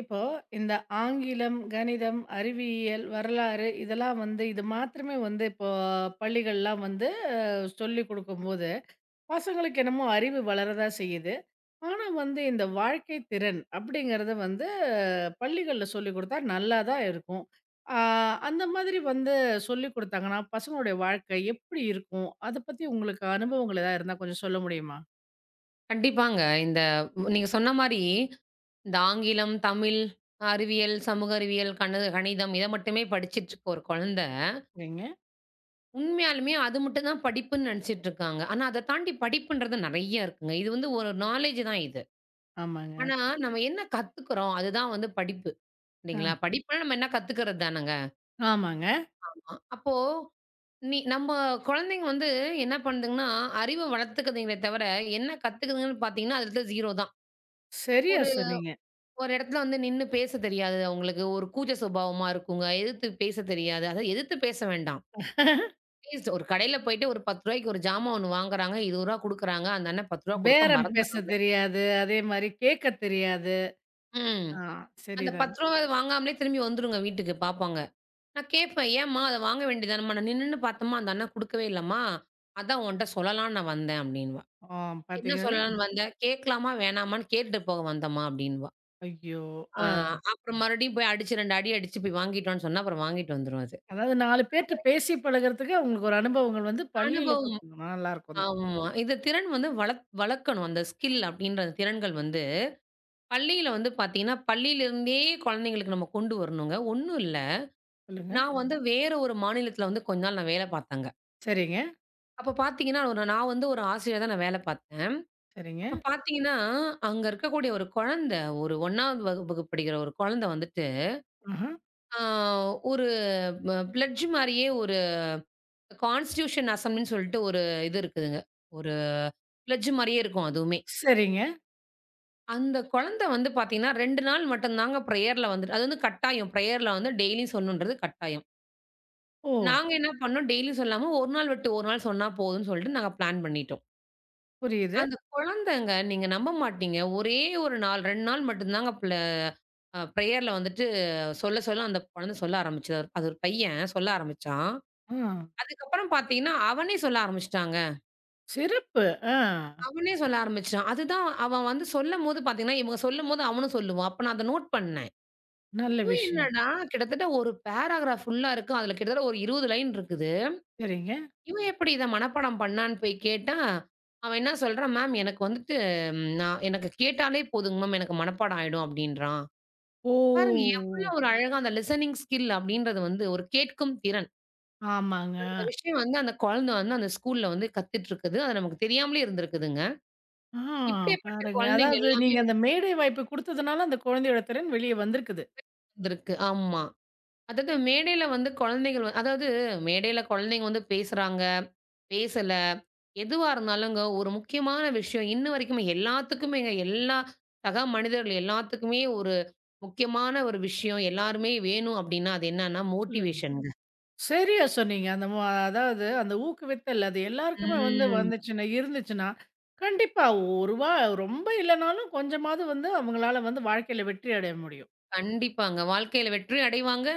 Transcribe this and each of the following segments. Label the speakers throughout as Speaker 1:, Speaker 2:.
Speaker 1: இப்போ இந்த ஆங்கிலம், கணிதம், அறிவியல், வரலாறு இதெல்லாம் வந்து இது மாத்திரமே வந்து இப்போ பள்ளிகள்லாம் வந்து அ சொல்லிக் குடுக்கும்போது, பசங்களுக்கு என்னமோ அறிவு வளரதா செய்யுது. ஆனா வந்து இந்த வாழ்க்கை திறன் அப்படிங்கிறது வந்து பள்ளிகள்ல சொல்லிக் குடுத்தா நல்லா தான் இருக்கும். ஆ. அந்த மாதிரி வந்து சொல்லிக் குடுத்தாங்கன்னா, பசங்களுடைய வாழ்க்கை எப்படி இருக்கும்? அத பத்தி உங்களுக்கு அனுபவங்கள் ஏதாவது இருந்தா கொஞ்சம் சொல்ல முடியுமா?
Speaker 2: கண்டிப்பாங்க. இந்த நீங்க சொன்ன மாரி, இந்த ஆங்கிலம், தமிழ், அறிவியல், சமூக அறிவியல், கணிதம் இத மட்டுமே படிச்சுட்டுருக்க ஒரு குழந்தை,
Speaker 1: சரிங்க.
Speaker 2: உண்மையாலுமே அது மட்டும் தான் படிப்புன்னு நெனச்சுட்டுருக்காங்க. ஆனா அத தாண்டி படிப்புன்றது நெறைய இருக்குங்க. இது வந்து ஒரு நாலேட்ஜ் தான் இது.
Speaker 1: ஆமாங்க.
Speaker 2: ஆனா நம்ம என்ன கத்துக்கிறோம்? அதுதான் வந்து படிப்பு.
Speaker 1: ஆ.
Speaker 2: இல்லைங்களா? படிப்புனா நம்ம என்ன கத்துக்கிறது தானங்க.
Speaker 1: ஆமாங்க.
Speaker 2: அப்போ நம்ம குழந்தைங்க வந்து என்ன பண்ணுதுங்கன்னா, அறிவ வளர்த்துக்குதுங்களே தவிர, என்ன கத்துக்குதுங்கன்னு பார்த்தீங்கன்னா, அதுல 0 தான்.
Speaker 1: சரியா
Speaker 2: ஒரு
Speaker 1: சொன்னீங்க.
Speaker 2: ஒரு இடத்துல வந்து நின்னு பேசத் தெரியாது அவங்களுக்கு. ஒரு கூச்ச சுபாவமா இருக்குங்க. எதிர்த்து பேசத் தெரியாது. அதாவது எதிர்த்து பேச வேண்டாம். அட்லீஸ்ட் ஒரு கடையில போயிட்டு ஒரு ரூ. 10க்கு ஒரு ஜாமான் ஒண்ணு வாங்குறாங்க. ரூ. 20 குடுக்குறாங்க. அந்த அண்ணன் ரூ. 10 குடுக்க
Speaker 1: பேரம் பேசத்
Speaker 2: மறந்துடுறாரு.
Speaker 1: தெரியாது. அதே மாரி கேட்கத் தெரியாது.
Speaker 2: ம்.
Speaker 1: ஆ.
Speaker 2: அந்த ரூ.
Speaker 1: சரிதாங்க.
Speaker 2: 10 வாங்காமலே திரும்பி வந்துருங்க வீட்டுக்கு பாப்பாங்க. நான் கேட்பேன், "ஏம்மா அத வாங்க வேண்டியதானம்மா? நான் நின்னு பார்த்தம்மா அந்த அண்ணன் குடுக்கவே இல்லம்மா. அதான் உன்ட்ட சொல்லலான்னு நான் வந்தேன்" அப்படின்னுவா.
Speaker 1: ஆ.
Speaker 2: "என்ன
Speaker 1: பார்த்தீங்கன்னா,
Speaker 2: சொல்லலான்னு வந்த? கேட்கலாமா, வேணாமான்னு கேட்டுட்டு போக வந்தம்மா" அப்படின்னுவா.
Speaker 1: ஐயோ!
Speaker 2: ஆ
Speaker 1: ஆ.
Speaker 2: அப்புறம் மறுபடியும் போய் அடிச்சு 2 அடி அடிச்சு போய் வாங்கிட்டு வான்னு சொன்னா, அப்புறம் வாங்கிட்டு வந்துரும் அது.
Speaker 1: அதாவது 4 பேர்ட்ட பேசி பழகுறதுக்கு உங்களுக்கு ஒரு அனுபவங்கள் வந்து பள்ளியில
Speaker 2: அனுபவம்
Speaker 1: குடுத்துருந்தா நல்லாருக்கும் தான்.
Speaker 2: ஆமா. இந்த திறன் வந்து வளர்க்கணும். அந்த ஸ்கில் அப்படின்ற அந்த திறன்கள் வந்து, பள்ளியில வந்து பார்த்தீங்கன்னா, பள்ளியிலிருந்தே குழந்தைங்களுக்கு நம்ம கொண்டு வரணுங்க. ஒண்ணும் இல்ல.
Speaker 1: சொல்லுங்க.
Speaker 2: நான் ம். வந்து வேற ஒரு மாநிலத்தில வந்து கொஞ்ச நாள் நான் வேலை பார்த்தேங்க.
Speaker 1: சரிங்க,
Speaker 2: அப்ப பார்த்தீங்கன்னா, நான் வந்து ஒரு ஆசிரியரா தான் நான் வேலை பார்த்தேன்.
Speaker 1: சரிங்க.
Speaker 2: அப்ப பார்த்தீங்கன்னா, அங்க இருக்கக்கூடிய ஒரு ஒரு 1வது வகுப்புக்கு படிக்கிற ஒரு குழந்த வந்துட்டு,
Speaker 1: ம்ஹ்ம்.
Speaker 2: ஆ ஒரு பிளட்ஜ் மாரியே ஒரு கான்ஸ்டிடியூஷன் அசம்பிளின்னு சொல்லிட்டு ஒரு இது இருக்குதுங்க. ஒரு பிளட்ஜ் மாரியே இருக்கும் அதுவுமே.
Speaker 1: சரிங்க.
Speaker 2: அந்த குழந்தை வந்து பார்த்தீங்கன்னா, 2 நாள் மட்டும் தாங்க பிரேயர்ல வந்துட்டு அது வந்து கட்டாயம். பிரேயர்ல வந்து டெய்லியும் சொல்லணுன்றது கட்டாயம்.
Speaker 1: ஓ!
Speaker 2: நாங்க என்ன பண்ணோம், டெய்லியும் சொல்லாம 1 நாள் விட்டு 1 நாள் சொன்னா போதும்ன்னு சொல்லிட்டு நாங்க பிளான் பண்ணிட்டோம்.
Speaker 1: புரியுது.
Speaker 2: அந்த குழந்தைங்க நீங்க நம்ப மாட்டீங்க. ஒரே 1 நாள் 2 நாள் மட்டும் தாங்க பிள அ பிரேயர்ல வந்துட்டு சொல்ல அந்த குழந்தை சொல்ல ஆரம்பிச்சது. அது ஒரு பையன் சொல்ல ஆரம்பிச்சான்.
Speaker 1: ஆ.
Speaker 2: அதுக்கப்புறம் பார்த்தீங்கன்னா, அவனே சொல்ல ஆரம்பிச்சுட்டாங்க.
Speaker 1: சிறப்பு. ஆ.
Speaker 2: அவனே சொல்ல ஆரம்பிச்சுட்டான். அதுதான் அவன் வந்து சொல்லும்போது பார்த்தீங்கன்னா, இவங்க சொல்லும்போது அவனும் சொல்லுவான். அப்ப நான் அத நோட் பண்ணேன்.
Speaker 1: நல்ல
Speaker 2: இவன்
Speaker 1: விஷயம்.
Speaker 2: என்னடா கிட்டத்தட்ட ஒரு பேராகிராஃப் ஃபுல்லா இருக்கு. அதுல கிட்டத்தட்ட ஒரு 20 லைன் இருக்குது.
Speaker 1: சரிங்க.
Speaker 2: இவன் எப்படி இத மனப்பாடம் பண்ணான்னு போய் கேட்டா, அவன் என்ன சொல்றான், மேம் எனக்கு வந்துட்டு நான் எனக்கு கேட்டாலே போதுங்க மேம் எனக்கு மனப்பாடம் ஆயிடும் அப்படின்றான்.
Speaker 1: ஓ!
Speaker 2: பாருங்க எவ்வளோ ஒரு அழகா அந்த லிசனிங் ஸ்கில் அப்படின்றது வந்து ஒரு கேட்கும் திறன்.
Speaker 1: ஆமாங்க.
Speaker 2: அந்த விஷயம் வந்து அந்த குழந்தை வந்து அந்த ஸ்கூல்ல வந்து கத்துட்டு இருக்குது. அது நமக்கு தெரியாமலே இருந்திருக்குதுங்க.
Speaker 1: ஆ.
Speaker 2: இப்படியாப்பட்ட
Speaker 1: பாருங்களேன்.
Speaker 2: குழந்தைங்க
Speaker 1: அதாவது
Speaker 2: எல்லாமே
Speaker 1: நீங்க அந்த
Speaker 2: வந்து
Speaker 1: மேடை வாய்ப்பு குடுத்ததுனால, அந்த குழந்தையோட திறன் வெளிய வந்திருக்குது.
Speaker 2: இருந்திருக்கு. ஆமா. அதாவது மேடையில வந்து குழந்தைகள் வ அதாவது மேடையில குழந்தைங்க வந்து பேசுறாங்க, பேசல, எதுவா இருந்தாலுங்க ஒரு முக்கியமான விஷயம் இன்ன வரைக்குமே எல்லாத்துக்குமேங்க, எல்லா சக மனிதர்கள் எல்லாத்துக்குமே முக்கியமான ஒரு விஷயம் எல்லாருமே வேணும் அப்படின்னா, அது என்னன்னா
Speaker 1: சொல்லுங்க.
Speaker 2: மோட்டிவேஷன்ங்க.
Speaker 1: சரியா சொன்னீங்க. அந்த ம அதாவது அந்த ஊக்குவித்தல் அது எல்லாருக்குமே வந்து
Speaker 2: ம்.
Speaker 1: வந்துச்சுன்னா இருந்துச்சுன்னா, கண்டிப்பா ஒரு வா ரொம்ப இல்லனாலும் கொஞ்சமாவது வந்து அவங்களால வந்து வாழ்க்கையில வெற்றி அடைய முடியும்.
Speaker 2: கண்டிப்பாங்க. வாழ்க்கையில வெற்றியும் அடைவாங்க.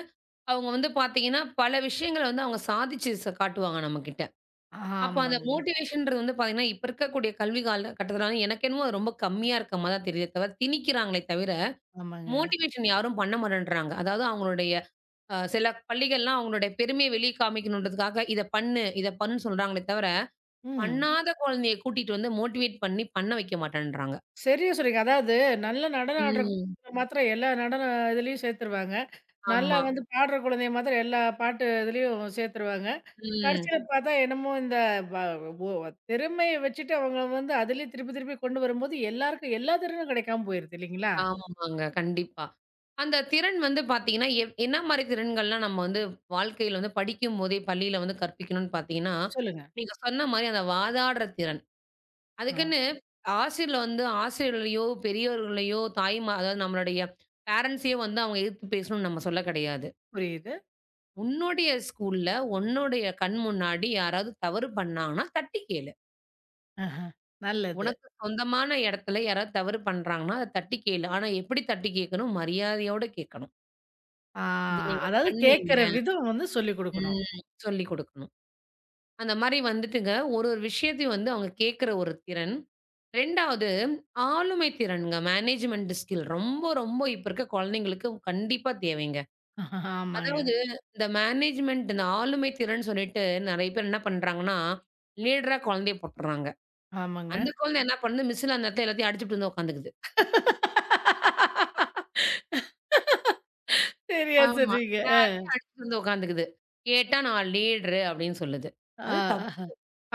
Speaker 2: அவங்க வந்து பார்த்தீங்கன்னா, பல விஷயங்கள வந்து அவங்க சாதிச்சு காட்டுவாங்க நம்மகிட்ட. அப்ப அந்த
Speaker 1: ஆமாங்க,
Speaker 2: மோட்டிவேஷன்ன்றது வந்து பார்த்தீங்கன்னா, இப்ப இருக்கக்கூடிய கல்வி கால கட்டத்துல வந்து எனக்கு என்னமோ அது ரொம்ப கம்மியா இருக்க மாரி தான் தெரியுதே தவிர, திணிக்கிறாங்களே தவிர,
Speaker 1: ஆமாங்க.
Speaker 2: மோட்டிவேஷன் யாரும் பண்ண மாட்டேன்றாங்க. அதாவது அவங்களுடைய சில பள்ளிகள்லாம் அவங்களுடைய பெருமைய வெளிய காமிக்கணுன்றதுக்காக, "இத பண்ணு, இத பண்ணுன்னு" சொல்றாங்களே தவிர,
Speaker 1: ம்.
Speaker 2: பண்ணாத குழந்தைய கூட்டிட்டு வந்து மோட்டிவேட் பண்ணி பண்ண வைக்க மாட்டேன்றாங்க.
Speaker 1: சரியா சொன்னீங்க. அதாவது நல்ல நடனம் ஆடுற
Speaker 2: ம்.
Speaker 1: குழந்தைய மாத்திரம் எல்லா நடன இதுலயும் சேர்த்துருவாங்க. நல்லா
Speaker 2: ஆமா.
Speaker 1: வந்து பாடுற குழந்தைய மாத்திரம் எல்லா பாட்டு இதுலயும் சேர்த்துருவாங்க.
Speaker 2: ம்.
Speaker 1: கடைசியில பார்த்தா என்னமோ இந்த வ ஒ திறமைய வச்சுட்டு அவங்க வந்து அதிலயே திருப்பி திருப்பி கொண்டு வரும்போது எல்லாருக்கும் எல்லா திறனும் கிடைக்காம போயிருது இல்லைங்களா?
Speaker 2: ஆமாங்க. கண்டிப்பா. அந்த திறன் வந்து பார்த்தீங்கன்னா, என்ன மாரி திறன்கள்லாம் நம்ம வந்து வாழ்க்கையில வந்து படிக்கும்போதே பள்ளியில வந்து கற்பிக்கணும்னு பார்த்தீங்கன்னா,
Speaker 1: சொல்லுங்க.
Speaker 2: நீங்க சொன்ன மாரி அந்த வாதாடுற திறன்.
Speaker 1: ஆ.
Speaker 2: அதுக்குன்னு ஆசிரியர்ல வந்து ஆசிரியர்களையோ, பெரியவர்களையோ, அதாவது நம்மளுடைய பேரண்ட்ஸையோ வந்து அவங்க எதிர்த்து பேசணும்னு நம்ம சொல்ல கிடையாது.
Speaker 1: புரியுது.
Speaker 2: உன்னுடைய ஸ்கூல்ல, உன்னுடைய கண் முன்னாடி யாராவது தவறு பண்ணாங்கன்னா, தட்டி கேளு.
Speaker 1: ஆஹா. நல்லது.
Speaker 2: உனக்கு சொந்தமான இடத்துல யாராவது தவறு பண்றாங்கன்னா, அத தட்டி கேளு. ஆனா எப்படி தட்டி கேட்கணும்? மரியாதையோட கேட்கணும்.
Speaker 1: ஆ.
Speaker 2: இது நீங்க
Speaker 1: அதாவது
Speaker 2: பண்ணீங்க.
Speaker 1: கேட்கிற விதம் வந்து சொல்லிக் குடுக்கணும்.
Speaker 2: ம். சொல்லிக் குடுக்கணும். அந்த மாரி வந்துட்டுங்க, ஒரு ஒரு விஷயத்தையும் வந்து அவங்க கேட்கிற ஒரு திறன். 2வது ஆளுமை திறன்ங்க. மேனேஜ்மென்ட் ஸ்கில் ரொம்ப இப்ப இருக்க குழந்தைங்களுக்கு கண்டிப்பா தேவைங்க.
Speaker 1: ஆமாங்க,
Speaker 2: அதாவது இந்த மேனேஜ்மென்ட் இந்த ஆளுமை திறன் சொல்லிட்டு நெறைய பேர் என்ன பண்றாங்கன்னா, லீடரா குழந்தைய போட்டுர்றாங்க.
Speaker 1: ஆமாங்க.
Speaker 2: அந்த குழந்தை என்ன பண்ணுது, மிஸ்ஸுல அந்த இடத்துல எல்லாத்தையும் அடிச்சுட்டு வந்து உட்காந்துக்குது.
Speaker 1: சரியா
Speaker 2: ஆமா.
Speaker 1: சொன்னீங்க.
Speaker 2: எல்லாத்தையும் அடிச்சுட்டு வந்து உட்காந்துக்குது. கேட்டா நான் லீடரு அப்படின்னு சொல்லுது.
Speaker 1: ஆ.
Speaker 2: அது
Speaker 1: ஆஹா.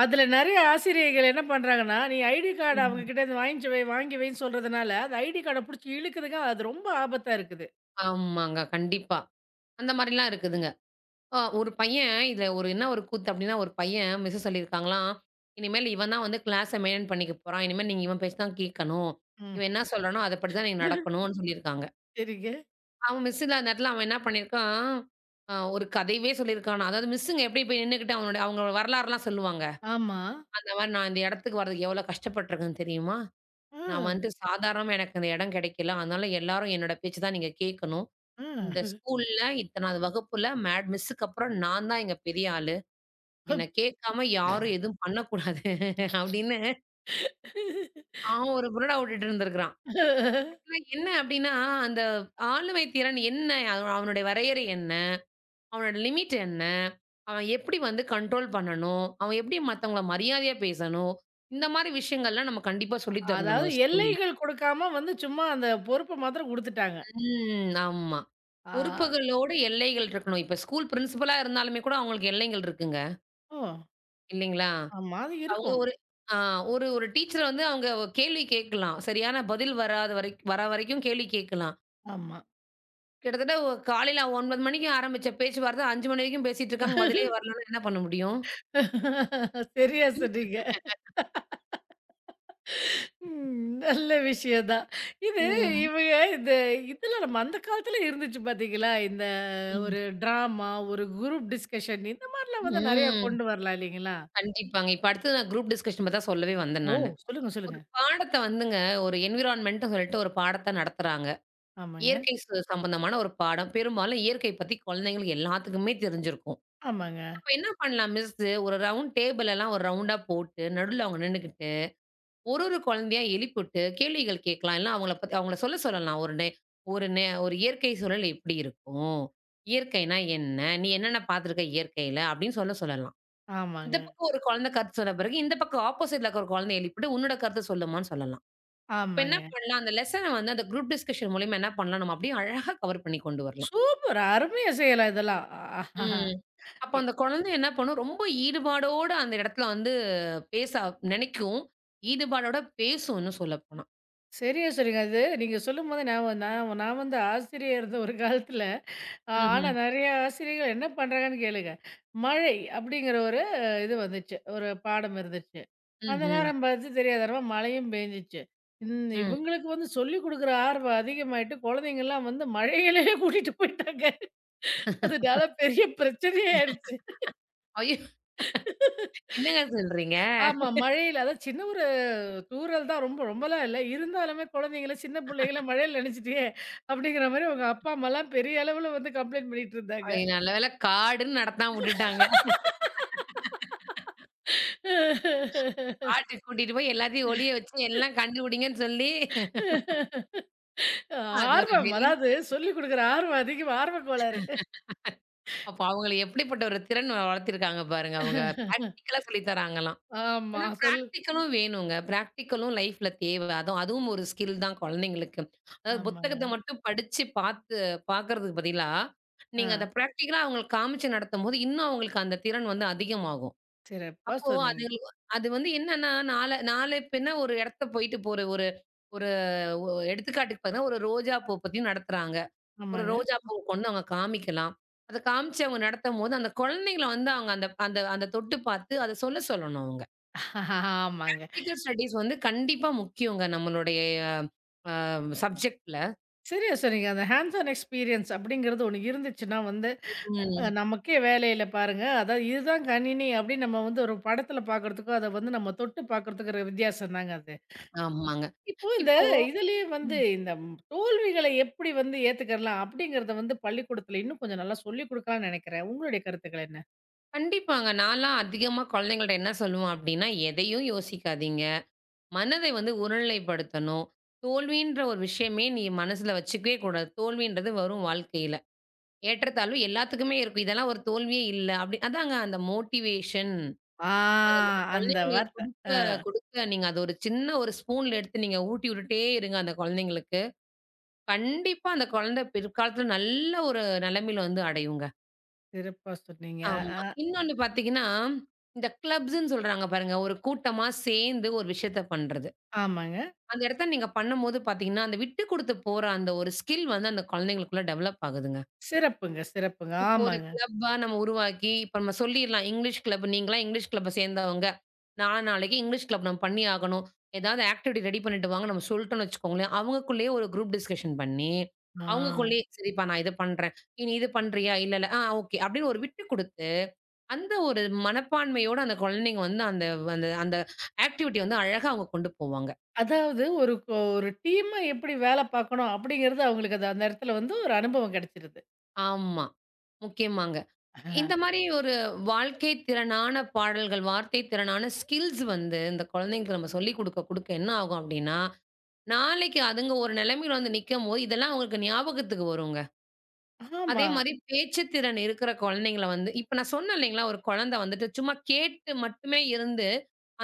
Speaker 1: அதுல நெறைய ஆசிரியைகள் என்ன பண்றாங்கன்னா, நீ ஐடி கார்ட அவங்க
Speaker 2: தப்புங்க.
Speaker 1: கிட்டேருந்து வாங்கிச்சு வை வாங்கி வைன்னு சொல்றதுனால, அது ஐடி கார்ட புடிச்சு இழுக்குதுங்க. அது ரொம்ப ஆபத்தா இருக்குது.
Speaker 2: ஆமாங்க. கண்டிப்பா. அந்த மாரிலாம் இருக்குதுங்க. ஒரு பையன் இதுல ஒரு என்ன ஒரு கூத்து அப்டின்னா, ஒரு பையன் மிஸ்ஸு சொல்லியிருக்காங்களாம், "இனிமேல் இவன் தான் வந்து கிளாஸ மெயின்டெயின் பண்ணிக்க போறான். இனிமேல் நீங்க இவன் பேச்ச தான் கேட்கணும்.
Speaker 1: ம்.
Speaker 2: இவன் என்ன சொல்றானோ அதப்படி தான் நீங்க நடக்கணும்னு" சொல்லியிருக்காங்க.
Speaker 1: சரிங்க.
Speaker 2: அவன் மிஸ் இல்லாத நேரத்துல அவன் என்ன பண்ணியிருக்கான், ஒரு கதையவே சொல்லியிருக்கானாம். அதாவது மிஸ்ஸுங்க எப்டி போய் நின்னுகிட்டு அவங்க வரலாறுலாம் சொல்லுவாங்க.
Speaker 1: ஆமா.
Speaker 2: அந்த மாரி "நான் இந்த இடத்துக்கு வர்றதுக்கு எவ்வளோ கஷ்டப்பட்டுருக்கேன் தெரியுமா? நான்
Speaker 1: ம்.
Speaker 2: வந்துட்டு சாதாரணமா எனக்கு இந்த இடம் கிடைக்கல. அதனால எல்லாரும் என்னோட பேச்சு தான் நீங்க கேட்கணும்." இந்த
Speaker 1: ம்.
Speaker 2: ஸ்கூல்ல இத்தனாவது வகுப்புல மேட் மிஸ்ஸுக்கு அப்புறம் நான் தான் இங்க பெரிய ஆளு. என்ன கேட்காம யாரும் எதுவும் பண்ணக்கூடாது அப்படின்னு அவன் ஒரு புரடா விட்டுட்டு இருந்திருக்கிறான். ஆனா என்ன அப்படின்னா, அந்த ஆளுமை திறன் என்ன? அவனுடைய வரையறை என்ன? அவனோட லிமிட் என்ன? அவன் எப்படி வந்து கண்ட்ரோல் பண்ணணும்? அவன் எப்படி மத்தவங்கள மரியாதையா பேசணும்? இந்த மாரி விஷயங்கள்லாம் நம்ம கண்டிப்பா சொல்லித் தரணுங்க
Speaker 1: அதாவது
Speaker 2: ஸ்கூல்ல.
Speaker 1: எல்லைகள் குடுக்காம வந்து சும்மா அந்த பொறுப்ப மாத்திரம் குடுத்துட்டாங்க.
Speaker 2: ம். ஆமா.
Speaker 1: ஆ.
Speaker 2: பொறுப்புகளோட எல்லைகள் இருக்கணும். இப்ப ஸ்கூல் பிரின்சிபலா இருந்தாலுமே கூட அவங்களுக்கு எல்லைகள் இருக்குங்க.
Speaker 1: ஓ!
Speaker 2: இல்லைங்களா?
Speaker 1: ஆமா. அது
Speaker 2: அவங்க
Speaker 1: இருக்கும்.
Speaker 2: ஒரு ஆ ஒரு ஒரு டீச்சர வந்து அவங்க கேள்வி கேட்கலாம். சரியான பதில் வராத வரைக்கும் கேள்வி கேட்கலாம்.
Speaker 1: ஆமா.
Speaker 2: கிட்டத்தட்ட காலையில 9 மணிக்கு ஆரம்பிச்ச பேச்சுவார்த்தை 5 மணி வரைக்கும் பேசிட்டு இருக்காங்க. பதிலே வரலன்னா என்ன பண்ண முடியும்?
Speaker 1: சரியா சொன்னீங்க. ம். நல்ல விஷயம் தான். இது
Speaker 2: ம்.
Speaker 1: இவங்க இந்த இதுல நம்ம அந்த காலத்துல இருந்துச்சு பாத்தீங்களா? இந்த
Speaker 2: ம்.
Speaker 1: ஒரு ட்ராமா, ஒரு குரூப் டிஸ்கஷன் இந்த மாரிலாம் வந்து நெறையா
Speaker 2: ம்.
Speaker 1: கொண்டு வரலாம் இல்லைங்களா?
Speaker 2: கண்டிப்பாங்க. இப்ப அடுத்தது நான் குரூப் டிஸ்கஷன் பத்தி தான் சொல்லவே வந்தேன்
Speaker 1: ஓ!
Speaker 2: நானு.
Speaker 1: சொல்லுங்க,
Speaker 2: ஒரு
Speaker 1: சொல்லுங்க.
Speaker 2: பாடத்த வந்துங்க ஒரு என்விரான்மென்ட்ன்னு சொல்லிட்டு ஒரு பாடத்த நடத்துறாங்க.
Speaker 1: ஆமாங்க,
Speaker 2: இயற்கை சம்பந்தமான ஒரு பாடம். பெரும்பாலும் இயற்கை பத்தி குழந்தைங்களுக்கு எல்லாத்துக்குமே தெரிஞ்சிருக்கும்.
Speaker 1: ஆமாங்க,
Speaker 2: அப்ப என்ன பண்ணலாம் மிஸ்ஸு, ஒரு ரவுண்ட் டேபிள் எல்லாம் ஒரு ரவுண்டா போட்டு, நடுவுல அவங்க நின்னுகிட்டு, ஒரு ஒரு குழந்தையா எழுப்பிவிட்டு கேள்விகள் கேட்கலாம். இல்ல அவங்கள பத்தி அவங்கள சொல்ல சொல்லலாம். ஒரு இயற்கை சூழல் எப்படி இருக்கும்? இயற்கைனா என்ன? நீ என்னென்ன பார்த்துருக்க இயற்கையில? அப்படின்னு சொல்ல சொல்லலாம். இந்த
Speaker 1: ஆமாங்க,
Speaker 2: பக்கம் ஒரு குழந்தை கருத்து சொன்ன பிறகு, இந்த பக்கம் ஆப்போசிட்ல இருக்க ஒரு குழந்தைய எழுப்பிட்டு, உன்னோட கருத்த சொல்லுமான்னு சொல்லலாம். அப்ப என்ன
Speaker 1: ஆமாங்க.
Speaker 2: பண்ணலாம், அந்த லெசன வந்து அந்த குரூப் டிஸ்கஷன் மூலியமா என்ன பண்ணலாம், நம்ம அப்படியே அழகா கவர் பண்ணி கொண்டு வரலாம்.
Speaker 1: சூப்பர்! அருமையா செய்யலாம் இதெல்லாம். ஆஹா.
Speaker 2: ம். அப்ப அந்த குழந்தை என்ன பண்ணும், ரொம்ப ஈடுபாடோட அந்த இடத்துல வந்து பேச நினைக்கும். ஈடுபாடோட பேசும் இன்னும் சொல்லப்போனா.
Speaker 1: சரியா சொன்னீங்க. அது நீங்க சொல்லும்போது ஞாபகம் நான் நான் வந்து ஆசிரியர் இருந்த ஒரு காலத்தில,
Speaker 2: ம்ஹ்ம்.
Speaker 1: ஆனா நெறைய ஆசிரியர்கள் என்ன பண்றாங்கன்னு கேளுங்க. மழை அப்படிங்கிற ஒரு இது வந்துச்சு. ஒரு பாடம் இருந்துச்சு. அந்த
Speaker 2: ம்ஹ்ம்.
Speaker 1: நேரம் பார்த்து தெரியாதனமா மழையும் பெஞ்சுச்சு.
Speaker 2: ம்.
Speaker 1: இவங்களுக்கு வந்து சொல்லிக் குடுக்குற ஆர்வம் அதிகமாயிட்டு, குழந்தைங்கலாம் வந்து மழையிலேயே கூட்டிட்டு போயிட்டாங்க. அதனால பெரிய பிரச்சனையாயிருச்சு.
Speaker 2: ஐயோ! என்னங்க சொல்றீங்க?
Speaker 1: ஆமா. மழையில அதான் சின்ன ஒரு தூறல் தான் ரொம்ப ரொம்பலாம் இல்ல. இருந்தாலுமே குழந்தைங்கள சின்ன பிள்ளைகள மழையில நனைஞ்சுட்டே அப்படிங்கிற மாரி உங்க அப்பா, அம்மாலாம் பெரிய அளவுல வந்து கம்ப்ளைண்ட் பண்ணிட்டு இருந்தாங்க.
Speaker 2: ஐயோ! நல்ல வேளை காடுன்னு நடத்தாம விட்டுட்டாங்க. காட்டுக்கு கூட்டிட்டு போய் எல்லாத்தையும் ஒளிய வச்சு எல்லாம் கண்டுபிடிங்கன்னு சொல்லி, அது ஒரு
Speaker 1: ஆர்வம்.
Speaker 2: பெரிய
Speaker 1: அதாவது சொல்லிக் குடுக்குற ஆர்வம் அதிகம். ஆர்வக் கோளாறு.
Speaker 2: அப்ப அவங்கள எப்படிப்பட்ட ஒரு திறன் வளர்த்திருக்காங்க பாருங்க. அவங்க பிராக்டிகலா சொல்லி தராங்கலாம்.
Speaker 1: ஆமா.
Speaker 2: ஆனா பிராக்டிகலும் வேணுங்க. பிராக்டிகலும் லைஃப்ல தேவ. அதுவும் அதுவும் ஒரு ஸ்கில் தான் குழந்தைங்களுக்கு. அதாவது
Speaker 1: ஆமாங்க.
Speaker 2: புத்தகத்த மட்டும் படிச்சு பார்த்து பார்க்கறதுக்கு பதிலா,
Speaker 1: ஆ.
Speaker 2: நீங்க அத பிராக்டிகலா அவங்களுக்கு காமிச்சு நடத்தும்போது, இன்னும் அவங்களுக்கு அந்த திறன் வந்து அதிகமாகும்.
Speaker 1: சிறப்பா
Speaker 2: அப்போ
Speaker 1: சொன்னீங்க.
Speaker 2: அதுங்களுக்கு அது வந்து என்னன்னா, நாளை பின்ன ஒரு இடத்த போயிட்டு போற ஒரு ஒரு ஒ எடுத்துக்காட்டுக்கு பார்த்தீங்கன்னா, ஒரு ரோஜா பூ பத்தி நடத்துறாங்க. ஒரு
Speaker 1: ஆமாங்க.
Speaker 2: ரோஜா பூ கொண்டு அவங்க காமிக்கலாம். அத காமிச்சு அவங்க நடத்தும்போது, அந்த குழந்தைங்கள வந்து அவங்க அந்த அந்த அந்த தொட்டு பார்த்து அத சொல்ல சொல்லணும் அவங்க.
Speaker 1: ஆமாங்க.
Speaker 2: ப்ராக்டிகல் ஸ்டடீஸ் வந்து கண்டிப்பா முக்கியங்க நம்மளுடைய சப்ஜெக்ட்ல.
Speaker 1: சரியா சொன்னீங்க. அந்த ஹேண்ட்ஸ் ஆன் எக்ஸ்பீரியன்ஸ் அப்படிங்கிறது ஒண்ணு இருந்துச்சுன்னா வந்து
Speaker 2: ம்.
Speaker 1: நமக்கே வேலையில பாருங்க, அதாவது இதுதான் கணினி அப்படின்னு நம்ம வந்து ஒரு படத்துல பார்க்குறதுக்கும், அத வந்து நம்ம தொட்டு பார்க்குறதுக்கும் இருக்கிற வித்தியாசம் தாங்க அது.
Speaker 2: ஆமாங்க.
Speaker 1: இப்போ
Speaker 2: இப்போ
Speaker 1: இதுலயே வந்து இந்த தோல்விகள எப்படி வந்து ஏத்துக்கிறலாம் அப்படிங்கிறத வந்து பள்ளிக்கூடத்துல இன்னும் கொஞ்சம் நல்லா சொல்லிக் குடுக்கலாம்னு நெனைக்கிறேன். உங்களுடைய கருத்துக்கள் என்ன?
Speaker 2: கண்டிப்பாங்க. நான்லாம் அதிகமா குழந்தைங்கள்ட்ட என்ன சொல்லுவேன் அப்டின்னா, எதையும் யோசிக்காதீங்க. மனதை வந்து ஒருநிலைப்படுத்தணும். தோல்வின்ற ஒரு விஷயமே நீ மனசுல வச்சுக்கவே கூடாது. தோல்வின்றது வரும் வாழ்க்கையில. ஏற்றத்தாழ்வு எல்லாத்துக்குமே இருக்கும். இதெல்லாம் ஒரு தோல்வியே இல்ல. அப்டி அதாங்க அந்த மோட்டிவேஷன்.
Speaker 1: ஆ.
Speaker 2: அது நம்ம
Speaker 1: அந்த
Speaker 2: குழந்தைங்களுக்கு
Speaker 1: வார்த்தை. அ
Speaker 2: குடுக்க நீங்க அது ஒரு சின்ன ஒரு ஸ்பூன்ல எடுத்து நீங்க ஊட்டி விட்டுட்டே இருங்க அந்த குழந்தைங்களுக்கு. கண்டிப்பா அந்த குழந்தை பிற்காலத்துல நல்ல ஒரு நிலைமையில வந்து அடையுங்க.
Speaker 1: சிறப்பா சொன்னீங்க.
Speaker 2: ஆமா.
Speaker 1: அ
Speaker 2: இன்னொன்னு பார்த்தீங்கன்னா, இந்த கிளப்ஸ்ன்னு சொல்றாங்க பாருங்க. ஒரு கூட்டமா சேர்ந்து ஒரு விஷயத்த பண்றது.
Speaker 1: ஆமாங்க.
Speaker 2: அந்த இடத்துல நீங்க பண்ணும்போது பார்த்தீங்கன்னா, அந்த விட்டு குடுத்து போற அந்த ஒரு ஸ்கில் வந்து அந்த குழந்தைங்களுக்குள்ள டெவலப் ஆகுதுங்க.
Speaker 1: சிறப்புங்க, சிறப்புங்க.
Speaker 2: இப்போ ஒரு
Speaker 1: ஆமாங்க.
Speaker 2: கிளப்பா நம்ம உருவாக்கி, இப்ப நம்ம சொல்லிர்லாம். இங்கிலீஷ் கிளப் நீங்கலாம் இங்கிலீஷ் கிளப்ப சேர்ந்தவங்க. நாளைக்கு இங்கிலீஷ் கிளப் நம்ம பண்ணி ஆகணும். ஏதாவது ஆக்டிவிட்டி ரெடி பண்ணிட்டு வாங்க நம்ம சொல்ட்டோம்னு வச்சுக்கோங்களேன். அவங்களுக்குள்ளேயே ஒரு குரூப் டிஸ்கஷன் பண்ணி,
Speaker 1: ஆ.
Speaker 2: அவங்களுக்குள்ளேயே சரிப்பா நான் இத பண்றேன். நீ இது பண்றியா? இல்ல. ஓகே." அப்படின்னு ஒரு விட்டு குடுத்து, அந்த ஒரு மனப்பான்மையோட அந்த குழந்தைங்க வந்து அந்த அந்த அந்த ஆக்டிவிட்டி வந்து அழகா அவங்க கொண்டு போவாங்க.
Speaker 1: அதாவது ஒரு டீமா எப்படி வேல பார்க்கணும் அப்படிங்கிறது அவங்களுக்கு அது அந்த இடத்துல வந்து ஒரு அனுபவம் கெடைச்சிருது.
Speaker 2: ஆமா. முக்கியமாங்க. இந்த மாரி ஒரு வாழ்க்கை திறனான பாடல்கள், வார்த்தை திறனான ஸ்கில்ஸ் வந்து இந்த குழந்தைங்களுக்கு நம்ம சொல்லிக் குடுக்க என்ன ஆகும் அப்டின்னா, நாளைக்கு அதுங்க ஒரு நிலைமையில வந்து நிக்கும்போது, இதெல்லாம் அவங்களுக்கு ஞாபகத்துக்கு வருங்க. அதே
Speaker 1: ஆமா.
Speaker 2: மாரி பேச்சு திறன் இருக்கிற குழந்தைங்கள வந்து இப்ப நான் சொன்னேன் இல்லைங்களா, ஒரு குழந்தை வந்துட்டு சும்மா கேட்டு மட்டுமே இருந்து,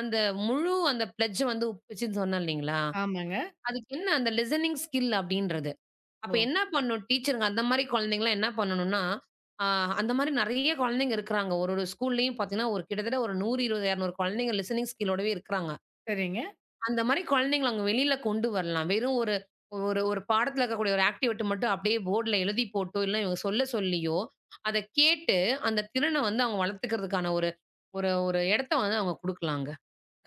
Speaker 2: அந்த முழு அந்த பிளட்ஜ் வந்து ஒப்பிச்சுன்னு சொன்னேன் இல்லைங்களா?
Speaker 1: ஆமாங்க.
Speaker 2: அதுக்கு என்ன அந்த லிசனிங் ஸ்கில் அப்டின்றது. அப்ப
Speaker 1: ஓ!
Speaker 2: என்ன பண்ணும் டீச்சருங்க அந்த மாரி குழந்தைங்கலாம் என்ன பண்ணணும்னா, ஆ அந்த மாரி நெறைய குழந்தைங்க இருக்கிறாங்க. ஒரு ஒரு ஸ்கூல்லயும் பார்த்தீங்கன்னா, கிட்டத்தட்ட ஒரு 120, 200 குழந்தைங்க லிசனிங் ஸ்கில்லோடவே இருக்கிறாங்க.
Speaker 1: சரிங்க.
Speaker 2: அந்த மாரி குழந்தைங்கள அங்க வெளியில கொண்டு வரலாம். வெறும் ஒரு ஒரு ஒரு பாடத்துல இருக்கக்கூடிய ஒரு ஆக்டிவிட்டி மட்டும் அப்படியே போர்ட்ல எழுதி போட்டோ, இல்ல இவங்க சொல்ல சொல்லியோ, அத கேட்டு அந்த திறன வந்து அவங்க வளர்த்துக்கிறதுக்கான ஒரு ஒரு ஒரு இடத்த வந்து அவங்க குடுக்கலாங்க.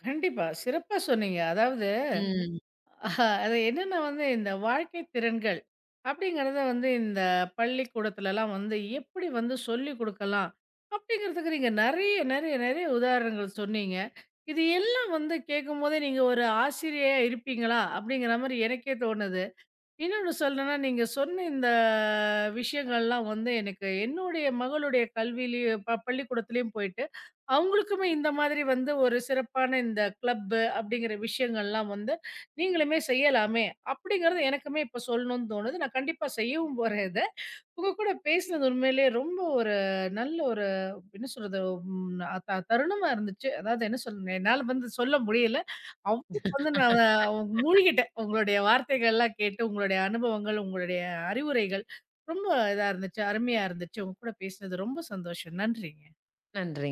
Speaker 1: கண்டிப்பா. சிறப்பா சொன்னீங்க. அதாவது
Speaker 2: ம்.
Speaker 1: அது என்னன்னா வந்து இந்த வாழ்க்கை திறன்கள் அப்படிங்கிறத வந்து இந்த பள்ளிக்கூடத்துலலாம் வந்து எப்படி வந்து சொல்லிக் குடுக்கலாம்? அப்படிங்கிறதுக்கு நீங்க நெறைய, நெறைய, நெறைய உதாரணங்கள் சொன்னீங்க. இது எல்லாம் வந்து கேட்கும்போதே நீங்க ஒரு ஆசிரியையா இருப்பீங்களா? அப்படிங்கிற மாரி எனக்கே தோணுது. இன்னொன்னு சொல்லணும்னா, நீங்க சொன்ன இந்த விஷயங்கள்லாம் வந்து எனக்கு என்னுடைய மகளுடைய கல்வியிலயும் பள்ளிக்கூடத்திலயும் போயிட்டு, அவங்களுக்குமே இந்த மாதிரி வந்து ஒரு சிறப்பான இந்த கிளப்பு அப்படிங்கிற விஷயங்கள்லாம் வந்து நீங்களுமே செய்யலாமே! அப்படிங்கிறது எனக்குமே இப்ப சொல்லணும்னு தோணுது. நான் கண்டிப்பா செய்யவும் போறேன் இத. உங்க கூட பேசினது உண்மையிலேயே ரொம்ப ஒரு நல்ல ஒரு என்ன சொல்றது தருணமா இருந்துச்சு. அதாவது என்ன சொல்றது, என்னால வந்து சொல்ல முடியல. அவ்ளோ வந்து நான் அவங்க மூழ்கிட்டேன். உங்களுடைய வார்த்தைகள்லாம் கேட்டு, உங்களுடைய அனுபவங்கள், உங்களுடைய அறிவுரைகள் ரொம்ப இதா இருந்துச்சு. அருமையா இருந்துச்சு. உங்க கூட பேசினது ரொம்ப சந்தோஷம். நன்றி.
Speaker 2: நன்றிங்க.